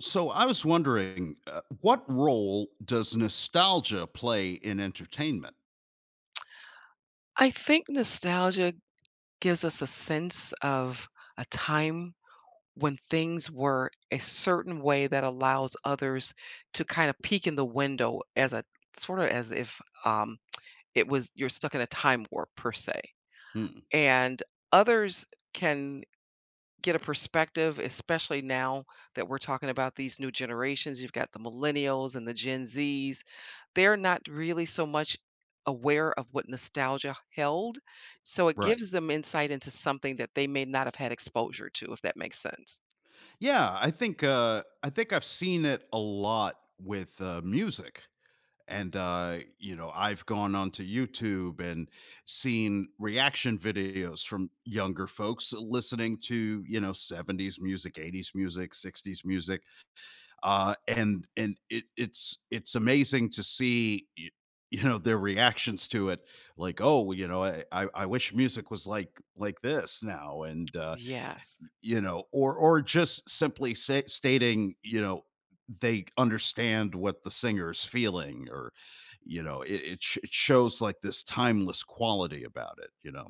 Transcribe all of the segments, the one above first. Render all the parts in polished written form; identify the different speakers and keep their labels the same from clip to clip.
Speaker 1: So I was wondering, what role does nostalgia play in entertainment?
Speaker 2: I think nostalgia gives us a sense of a time when things were a certain way that allows others to kind of peek in the window as a sort of as if it was you're stuck in a time warp per se,
Speaker 1: Hmm,
Speaker 2: and others can get a perspective, especially now that we're talking about these new generations. You've got the millennials and the Gen Zs. They're not really so much aware of what nostalgia held. So it
Speaker 1: right.
Speaker 2: gives them insight into something that they may not have had exposure to, if that makes sense.
Speaker 1: Yeah, I think I think I've seen it a lot with music, and I've gone onto YouTube and seen reaction videos from younger folks listening to '70s music, '80s music, '60s music, and it's amazing to see their reactions to it like oh I wish music was like this now and
Speaker 2: Yes.
Speaker 1: or just simply stating they understand what the singer's feeling or it shows like this timeless quality about it.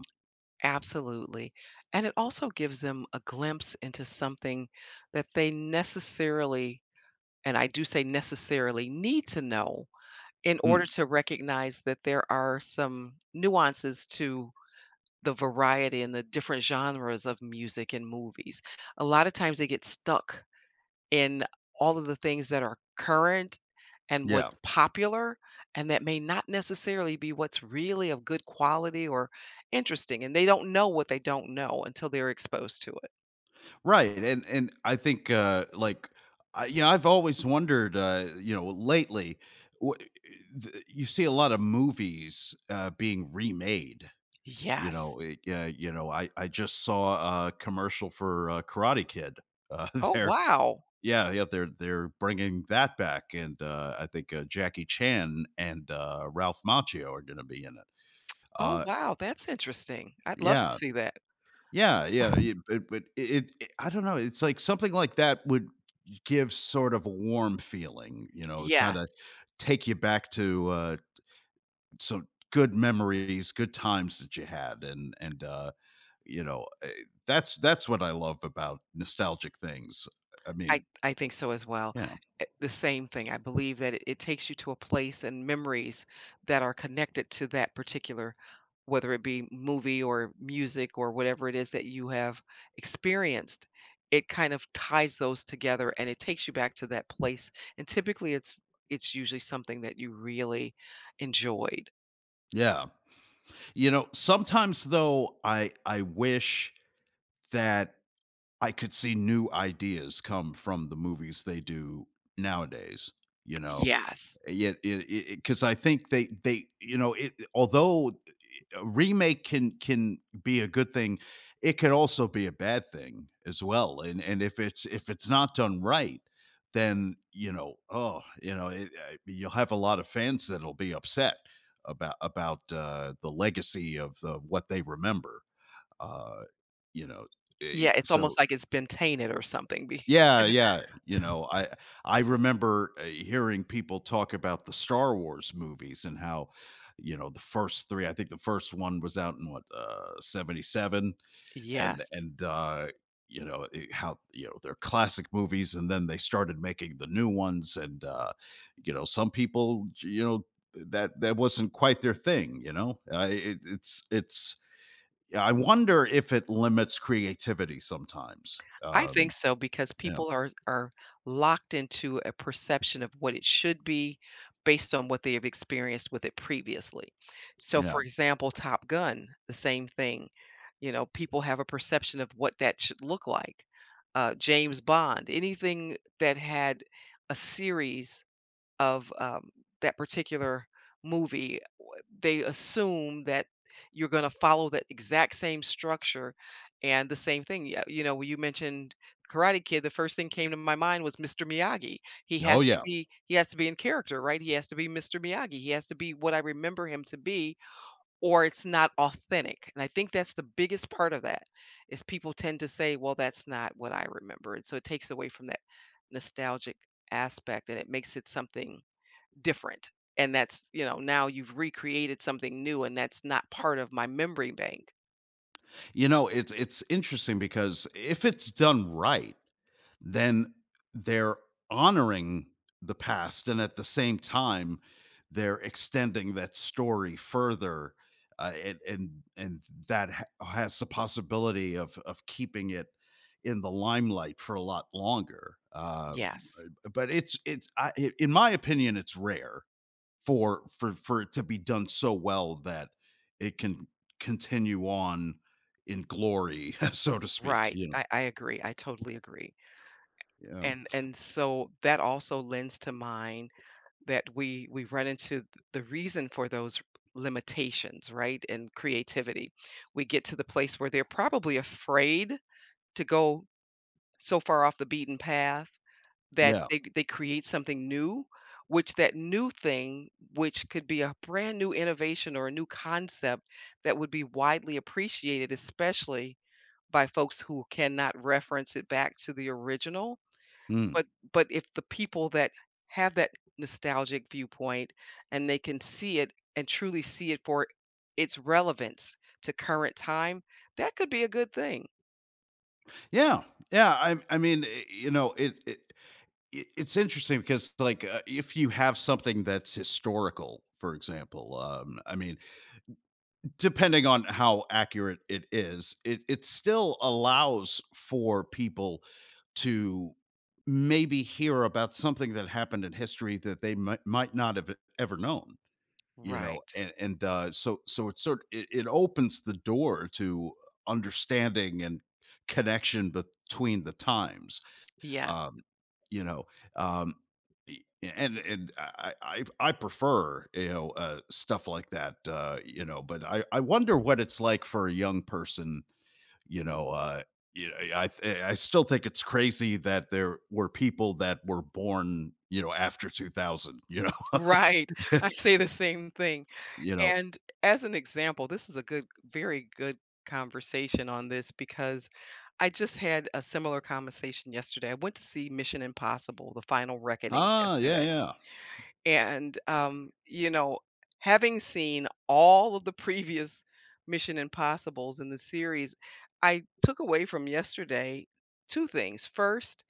Speaker 2: Absolutely. And it also gives them a glimpse into something that they necessarily, and I do say necessarily, need to know in order
Speaker 1: Hmm.
Speaker 2: to recognize that there are some nuances to the variety and the different genres of music and movies. A lot of times they get stuck in all of the things that are current and
Speaker 1: Yeah.
Speaker 2: what's popular and that may not necessarily be what's really of good quality or interesting, and they don't know what they don't know until they're exposed to it.
Speaker 1: Right, and I think, like, I've always wondered, lately, wha the you see a lot of movies, being remade, you
Speaker 2: Yes.
Speaker 1: know, it yeah, I just saw a commercial for, Karate Kid, uh,
Speaker 2: Oh,
Speaker 1: they
Speaker 2: wow.
Speaker 1: yeah, yeah, they're bringing that back, and, I think, Jackie Chan and, Ralph Macchio are gonna be in it,
Speaker 2: Oh,
Speaker 1: uh,
Speaker 2: wow, that's interesting. I'd love to
Speaker 1: yeah.
Speaker 2: see that.
Speaker 1: Yeah, yeah, y but it it I don't know, it's like something like that would give sort of a warm feeling,
Speaker 2: Yes.
Speaker 1: kinda take you back to, some good memories, good times that you had, and, you know, eh, that's what I love about nostalgic things. I
Speaker 2: I
Speaker 1: mean,
Speaker 2: I think so as well.
Speaker 1: yeah,
Speaker 2: Eh, the same thing. I believe that it takes you to a place and memories that are connected to that particular, whether it be movie or music or whatever it is that you have experienced. It kind of ties those together and it takes you back to that place. And typically, it's usually something that you really enjoyed.
Speaker 1: yeah. Sometimes though, I wish that I could see new ideas come from the movies they do nowadays, you know?
Speaker 2: Yes.
Speaker 1: Yeah, it because I think they you know it although a remake can be a good thing, it could also be a bad thing as well. And if it's not done right, then oh, you'll have a lot of fans that'll be upset about the legacy of what they remember. Uh, you know, eh,
Speaker 2: Yeah. It's
Speaker 1: so
Speaker 2: almost like it's been tainted or something. Be-
Speaker 1: yeah, yeah. I remember hearing people talk about the Star Wars movies and how, the first three. I think the first one was out in, what, 77, and
Speaker 2: Yes.
Speaker 1: and uh, how they're classic movies, and then they started making the new ones, and some people, that wasn't quite their thing. It's. I wonder if it limits creativity sometimes.
Speaker 2: I think so because
Speaker 1: Yeah.
Speaker 2: people are locked into a perception of what it should be based on what they have experienced with it previously. So
Speaker 1: Yeah.
Speaker 2: for example, Top Gun, the same thing. You know, people have a perception of what that should look like. James Bond, anything that had a series of, that particular movie, w they assume that you're gonna follow that exact same structure and the same thing. Yeah, you know, when you mentioned Karate Kid, the first thing came to my mind was Mr. Miyagi.
Speaker 1: Oh yeah.
Speaker 2: He has to be in character, right? He has to be Mr. Miyagi. He has to be what I remember him to be, or it's not authentic, and I think that's the biggest part of that, is people tend to say, "Well, that's not what I remember," and so it takes away from that nostalgic aspect, and it makes it something different. And that's, you know, now you've recreated something new and that's not part of my memory bank.
Speaker 1: It's interesting because if it's done right, then they're honoring the past and at the same time they're extending that story further uh, and and and that has the possibility of keeping it in the limelight for a lot longer.
Speaker 2: Yes.
Speaker 1: But in my opinion it's rare, for it to be done so well that it can continue on in glory, so to speak,
Speaker 2: Right.
Speaker 1: you
Speaker 2: I agree. I totally agree.
Speaker 1: know?
Speaker 2: And so that also lends to mind that we run into th- the reason for those limitations, right? And creativity. We get to the place where they're probably afraid to go so far off the beaten path
Speaker 1: Yeah.
Speaker 2: that
Speaker 1: Yeah.
Speaker 2: they create something new, which that new thing, which could be a brand new innovation or a new concept that would be widely appreciated, especially by folks who cannot reference it back to the original.
Speaker 1: Mm.
Speaker 2: But but if the people that have that nostalgic viewpoint and they can see it and truly see it for its relevance to current time, that could be a good thing.
Speaker 1: Yeah. Yeah, I mean, it's interesting because, like, if you have something that's historical, for example, I mean depending on how accurate it is, it still allows for people to maybe hear about something that happened in history that they might not have ever known,
Speaker 2: Right.
Speaker 1: and so it opens the door to understanding and connection between the times
Speaker 2: Yes.
Speaker 1: um, you know, um, e and I prefer, stuff like that, but I wonder what it's like for a young person, you know, uh, I still think it's crazy that there were people that were born, after 2000, you
Speaker 2: Right.
Speaker 1: know?
Speaker 2: I say the same thing.
Speaker 1: You know?
Speaker 2: And as an example, this is a good, very good conversation on this because I just had a similar conversation yesterday. I went to see Mission Impossible: The Final Reckoning
Speaker 1: Ah, yeah,
Speaker 2: yesterday,
Speaker 1: yeah.
Speaker 2: and you know, having seen all of the previous Mission Impossibles in the series, I took away from yesterday two things. First,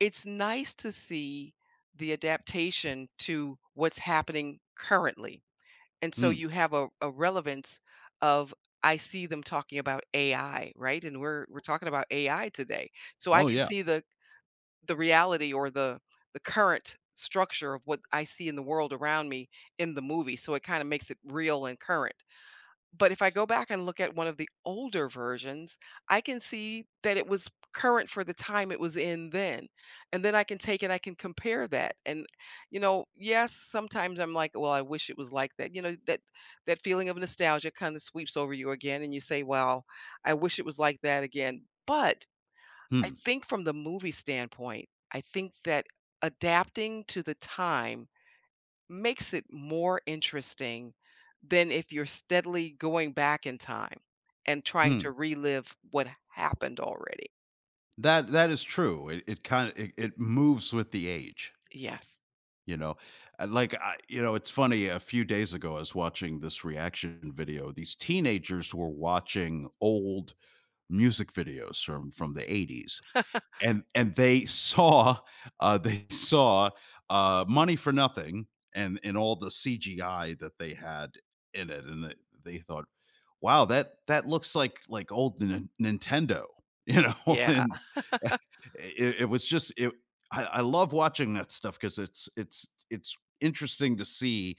Speaker 2: it's nice to see the adaptation to what's happening currently and so
Speaker 1: Mm.
Speaker 2: you have a relevance of I see them talking about AI, right? And we're talking about AI today. So I
Speaker 1: Oh,
Speaker 2: can
Speaker 1: yeah.
Speaker 2: see the reality or the current structure of what I see in the world around me in the movie. So it kind of makes it real and current. But if I go back and look at one of the older versions, I can see that it was current for the time it was in then. And then I can take it, I can compare that. And, you know, yes, sometimes I'm like, well, I wish it was like that. You know, that that feeling of nostalgia kind of sweeps over you again and you say, wow, I wish it was like that again. But I
Speaker 1: Hmm
Speaker 2: think from the movie standpoint, I think that adapting to the time makes it more interesting than if you're steadily going back in time and trying to
Speaker 1: hmm.
Speaker 2: relive what happened already.
Speaker 1: That is true. It kinda it it moves with the age.
Speaker 2: Yes.
Speaker 1: You know, like, it's funny. A few days ago, I was watching this reaction video. These teenagers were watching old music videos from the '80s, and they saw Money for Nothing and all the CGI that they had in it, and they thought, "Wow, that looks like old Nintendo,"
Speaker 2: Yeah.
Speaker 1: And eh, it was just it. I love watching that stuff because it's interesting to see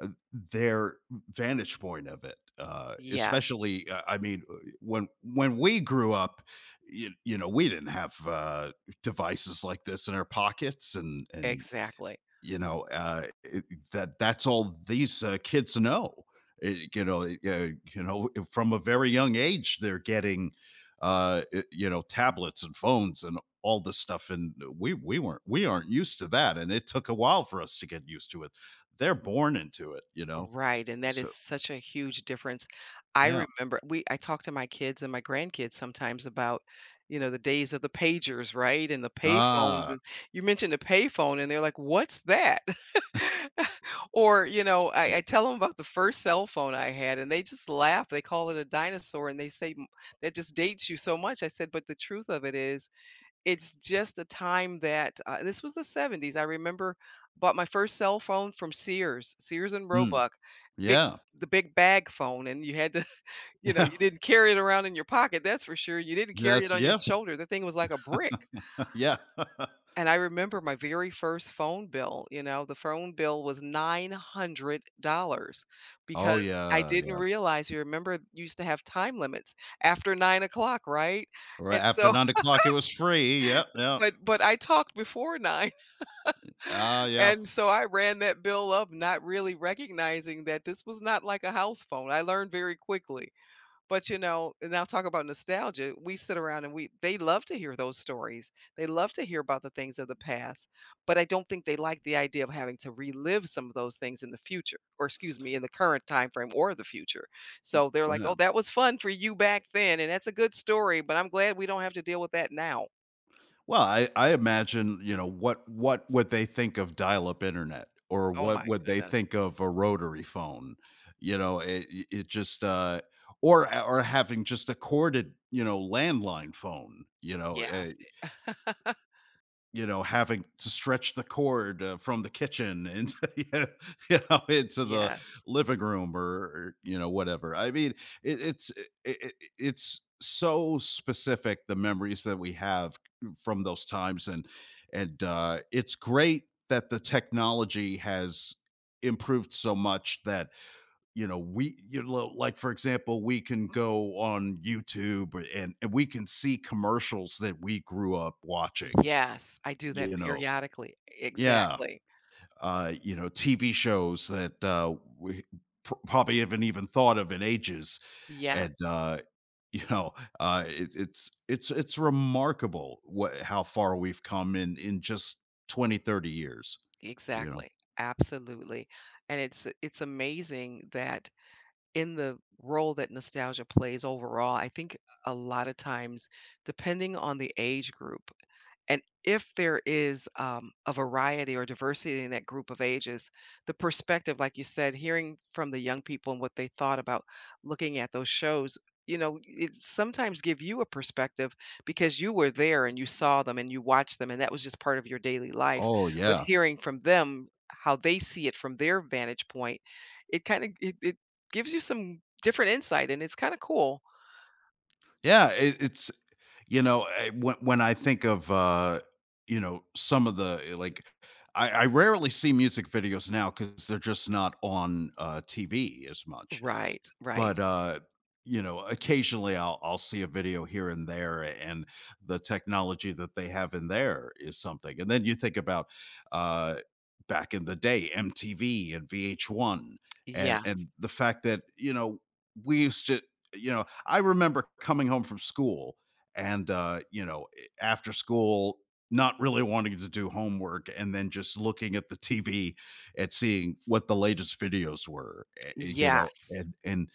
Speaker 1: their vantage point of it,
Speaker 2: Yes.
Speaker 1: especially, I mean, when we grew up, we didn't have devices like this in our pockets, and
Speaker 2: Exactly.
Speaker 1: you know, it that's all these, kids know. Eh, you know, it- uh, from a very young age, they're getting, tablets and phones and all this stuff, and we aren't used to that, and it took a while for us to get used to it. They're born into it, you know?
Speaker 2: Right. And that is
Speaker 1: So,
Speaker 2: such a huge difference. I
Speaker 1: yeah.
Speaker 2: remember we I talk to my kids and my grandkids sometimes about, you know, the days of the pagers, right? And the payphones.
Speaker 1: Ah.
Speaker 2: And you mentioned the payphone and they're like, what's that? Or, you know, I tell them about the first cell phone I had, and they just laugh. They call it a dinosaur, and they say, "M that just dates you so much." I said, "But the truth of it is, it's just a time that," this was the '70s. I remember bought my first cell phone from Sears, Sears and
Speaker 1: Mm.
Speaker 2: Roebuck, big
Speaker 1: Yeah.
Speaker 2: the big bag phone, and you had to, you know,
Speaker 1: Yeah.
Speaker 2: you didn't carry it around in your pocket, that's for sure. You didn't carry it
Speaker 1: That's
Speaker 2: on your
Speaker 1: yeah.
Speaker 2: shoulder. The thing was like a brick.
Speaker 1: Yeah.
Speaker 2: And I remember my very first phone bill, you know, the phone bill was $900
Speaker 1: Oh,
Speaker 2: because I
Speaker 1: yeah,
Speaker 2: didn't
Speaker 1: yeah.
Speaker 2: realize you remember you used to have time limits after 9 o'clock, right?
Speaker 1: Or
Speaker 2: And
Speaker 1: after
Speaker 2: so,
Speaker 1: nine o'clock, it was free. Yep, yep.
Speaker 2: but I talked before 9.
Speaker 1: Ah, yeah.
Speaker 2: And so I ran that bill up, not really recognizing that this was not like a house phone. I learned very quickly. But, you know, and I'll talk about nostalgia. We sit around and we they love to hear those stories. They love to hear about the things of the past, but I don't think they like the idea of having to relive some of those things in the future, or excuse me, in the current time frame or the future. So they're like,
Speaker 1: Yeah.
Speaker 2: "Oh, that was fun for you back then, and that's a good story, but I'm glad we don't have to deal with that now."
Speaker 1: Well, I imagine, what would they think of dial-up internet or
Speaker 2: Oh
Speaker 1: what
Speaker 2: my
Speaker 1: would they
Speaker 2: goodness.
Speaker 1: think of a rotary phone? You know, it it it just, uh or having just a corded, landline phone.
Speaker 2: Yes.
Speaker 1: Having to stretch the cord from the kitchen and into the
Speaker 2: Yes.
Speaker 1: living room or whatever. I mean, it, it's it, it, it's so specific the memories that we have from those times, and it's great that the technology has improved so much that you know we you know like for example we can go on YouTube and we can see commercials that we grew up watching
Speaker 2: Yes. I do that
Speaker 1: you know
Speaker 2: periodically.
Speaker 1: yeah,
Speaker 2: Exactly.
Speaker 1: TV shows that, we p probably haven't even thought of in ages, and,
Speaker 2: Yes.
Speaker 1: you know, it it's remarkable what how far we've come in just 20, 30 years, you know?
Speaker 2: Exactly. Absolutely. And it's amazing that in the role that nostalgia plays overall, I think a lot of times, depending on the age group, and if there is a variety or diversity in that group of ages, the perspective, like you said, hearing from the young people and what they thought about looking at those shows, you know, it sometimes give you a perspective because you were there and you saw them and you watched them and that was just part of your daily life.
Speaker 1: Oh,
Speaker 2: But
Speaker 1: yeah.
Speaker 2: hearing from them how they see it from their vantage point, it kind of it gives you some different insight, and it's kinda cool.
Speaker 1: Yeah, it it's you know, eh, when I think of, some of the like, I rarely see music videos now because 'cause they're just not on, TV as much.
Speaker 2: Right, right.
Speaker 1: But, occasionally I'll see a video here and there, and the technology that they have in there is something. And then you think about, uh, back in the day, MTV and VH1
Speaker 2: Yes,
Speaker 1: and the fact that, we used to you know, I remember coming home from school and, after school, not really wanting to do homework and then just looking at the TV and seeing what the latest videos were,
Speaker 2: yes,
Speaker 1: and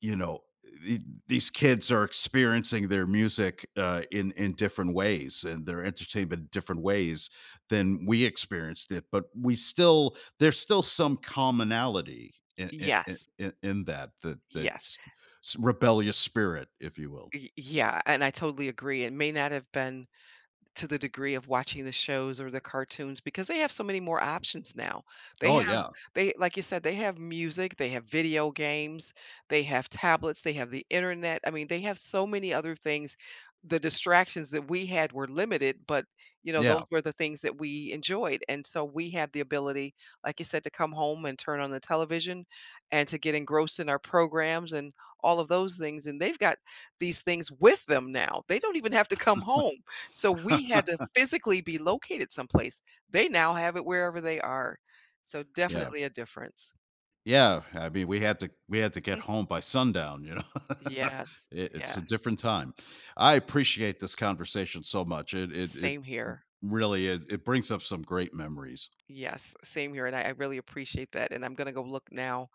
Speaker 1: you know th- these kids are experiencing their music in different ways and their entertainment in different ways than we experienced it, but we still there's still some commonality in in, in,
Speaker 2: yes,
Speaker 1: in in that that
Speaker 2: yes.
Speaker 1: that's rebellious spirit if you will.
Speaker 2: Y yeah, and I totally agree. It may not have been to the degree of watching the shows or the cartoons because they have so many more options now. They
Speaker 1: Oh,
Speaker 2: have
Speaker 1: yeah.
Speaker 2: they like you said, they have music, they have video games, they have tablets, they have the internet. I mean, they have so many other things. The distractions that we had were limited, but you know,
Speaker 1: Yeah.
Speaker 2: those were the things that we enjoyed. And so we had the ability, like you said, to come home and turn on the television and to get engrossed in our programs and all of those things. And they've got these things with them now. They don't even have to come home. So we had to physically be located someplace. They now have it wherever they are. So
Speaker 1: Yeah,
Speaker 2: definitely a difference.
Speaker 1: yeah, I mean we had to get home by sundown.
Speaker 2: Yes,
Speaker 1: It's a
Speaker 2: yes.
Speaker 1: different time. I appreciate this conversation so much. it it, it
Speaker 2: Same here.
Speaker 1: Really is. It brings up some great memories.
Speaker 2: Yes, same here. And I really appreciate that. And I'm going to go look now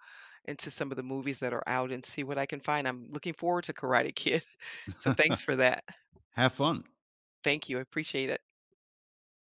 Speaker 2: into some of the movies that are out and see what I can find. I'm looking forward to Karate Kid. So thanks for that.
Speaker 1: Have fun.
Speaker 2: Thank you. I appreciate it.